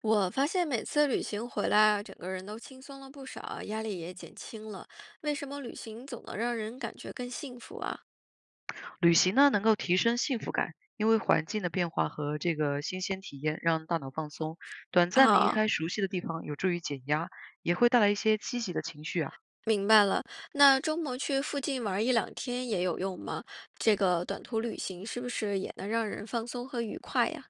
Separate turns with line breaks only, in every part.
我发现每次旅行回来啊，整个人都轻松了不少啊，压力也减轻了。为什么旅行总能让人感觉更幸福啊？
旅行呢，能够提升幸福感，因为环境的变化和这个新鲜体验让大脑放松，短暂离开
啊，
熟悉的地方有助于减压，也会带来一些积极的情绪啊。
明白了。那周末去附近玩一两天也有用吗？这个短途旅行是不是也能让人放松和愉快呀？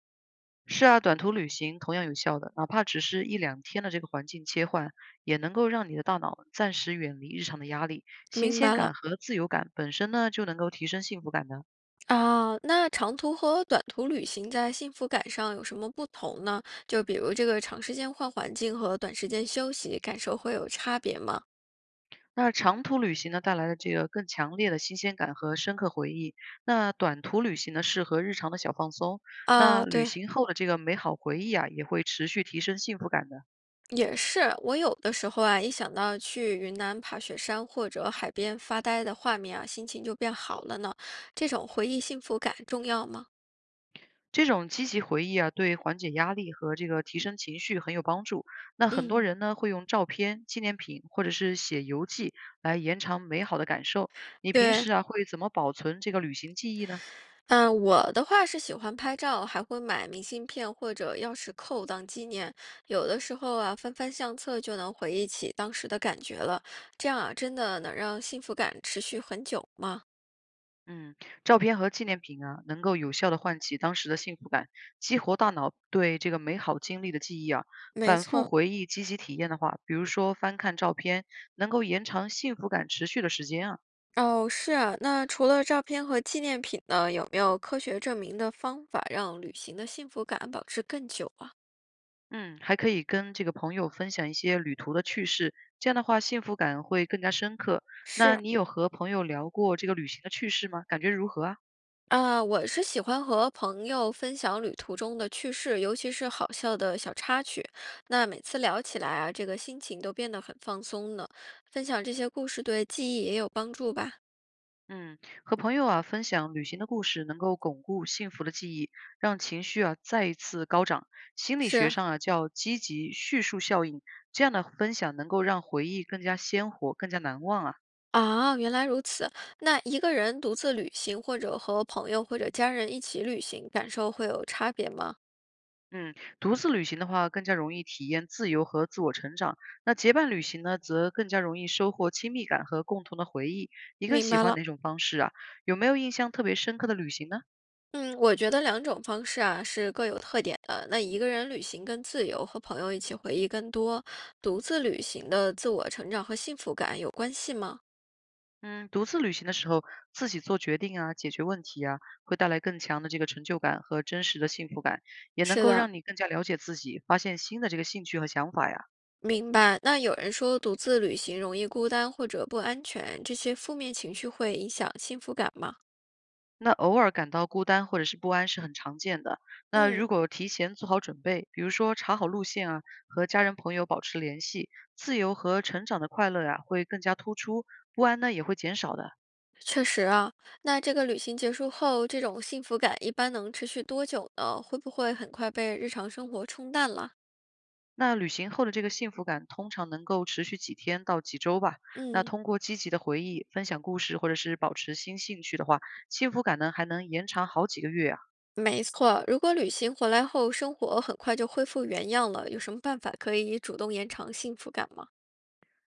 是啊，短途旅行同样有效的，哪怕只是一两天的这个环境切换，也能够让你的大脑暂时远离日常的压力，新
明
鲜
白了。
感和自由感本身呢，就能够提升幸福感的。
啊，那长途和短途旅行在幸福感上有什么不同呢？就比如这个长时间换环境和短时间休息，感受会有差别吗？
那长途旅行呢，带来了这个更强烈的新鲜感和深刻回忆。那短途旅行呢，适合日常的小放松。
啊，
那旅
对。
行后的这个美好回忆啊，也会持续提升幸福感的。
也是，我有的时候啊，一想到去云南爬雪山或者海边发呆的画面啊，心情就变好了呢。这种回忆幸福感重要吗？
这种积极回忆啊，对缓解压力和这个提升情绪很有帮助。那很多
嗯，
人呢，会用照片、纪念品或者是写游记来延长美好的感受。你平
对，
时啊，会怎么保存这个旅行记忆呢？
嗯，我的话是喜欢拍照，还会买明信片或者钥匙扣当纪念。有的时候啊，翻翻相册就能回忆起当时的感觉了。这样啊，真的能让幸福感持续很久吗？
嗯，照片和纪念品啊，能够有效的唤起当时的幸福感，激活大脑对这个美好经历的记忆啊。
没
反复
错，
回忆积极体验的话，比如说翻看照片，能够延长幸福感持续的时间啊。
哦，是啊，那除了照片和纪念品呢，有没有科学证明的方法让旅行的幸福感保持更久啊？
嗯，还可以跟这个朋友分享一些旅途的趣事，这样的话幸福感会更加深刻。那
是，
你有和朋友聊过这个旅行的趣事吗？感觉如何啊？
啊，我是喜欢和朋友分享旅途中的趣事，尤其是好笑的小插曲。那每次聊起来啊，这个心情都变得很放松呢。分享这些故事对记忆也有帮助吧？
嗯，和朋友啊分享旅行的故事，能够巩固幸福的记忆，让情绪啊再一次高涨。心理学
是
上啊叫积极叙述效应，这样的分享能够让回忆更加鲜活、更加难忘啊。
啊，原来如此。那一个人独自旅行，或者和朋友或者家人一起旅行，感受会有差别吗？
嗯，独自旅行的话，更加容易体验自由和自我成长；那结伴旅行呢，则更加容易收获亲密感和共同的回忆。你更
明
喜
白
欢
了。
哪种方式啊？有没有印象特别深刻的旅行呢？
嗯，我觉得两种方式啊是各有特点的。那一个人旅行更自由，和朋友一起回忆更多。独自旅行的自我成长和幸福感有关系吗？
嗯，独自旅行的时候，自己做决定啊，解决问题啊，会带来更强的这个成就感和真实的幸福感，也能
是
够
的，
让你更加了解自己，发现新的这个兴趣和想法呀。
明白。那有人说独自旅行容易孤单或者不安全，这些负面情绪会影响幸福感吗？
那偶尔感到孤单或者是不安是很常见的。那如
嗯，
果提前做好准备，比如说查好路线啊，和家人朋友保持联系，自由和成长的快乐呀、会更加突出，不安呢也会减少的。
确实啊。那这个旅行结束后，这种幸福感一般能持续多久呢？会不会很快被日常生活冲淡了？
那旅行后的这个幸福感通常能够持续几天到几周吧。那
嗯。
通过积极的回忆、分享故事，或者是保持新兴趣的话，幸福感呢还能延长好几个月啊。
没错，如果旅行回来后生活很快就恢复原样了，有什么办法可以主动延长幸福感吗？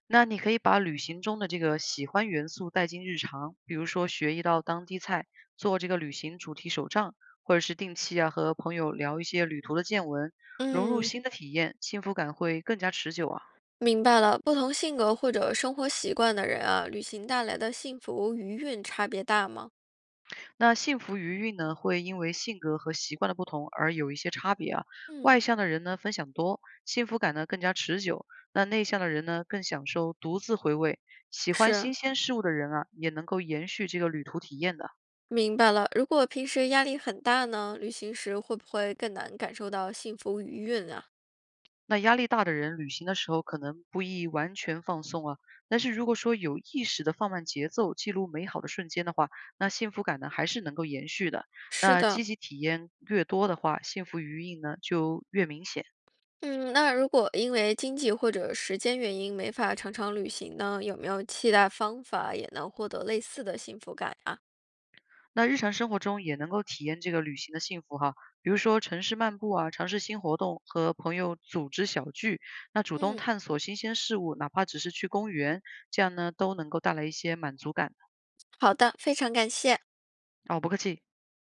那你可以把旅行中的这个喜欢元素带进日常，比如说学一道当地菜，做这个旅行主题手账，或者是定期啊和朋友聊一些旅途的见闻，融入
嗯，
新的体验，幸福感会更加持久啊。
明白了，不同性格或者生活习惯的人啊，旅行带来的幸福余韵差别大吗？
那幸福余韵呢，会因为性格和习惯的不同而有一些差别啊。外
嗯，
向的人呢，分享多，幸福感呢更加持久；那内向的人呢，更享受独自回味。喜欢
是，
新鲜事物的人啊，也能够延续这个旅途体验的。
明白了。如果平时压力很大呢，旅行时会不会更难感受到幸福余韵啊？
那压力大的人，旅行的时候可能不易完全放松啊，但是如果说有意识的放慢节奏，记录美好的瞬间的话，那幸福感呢还是能够延续的。
是
那
的，
积极体验越多的话，幸福余韵呢就越明显。
嗯，那如果因为经济或者时间原因没法常常旅行呢，有没有替代方法也能获得类似的幸福感呀？
那日常生活中也能够体验这个旅行的幸福哈，比如说城市漫步啊，尝试新活动，和朋友组织小聚，那主动
嗯，
探索新鲜事物，哪怕只是去公园，这样呢都能够带来一些满足感。
好的，非常感谢。
哦，不客气。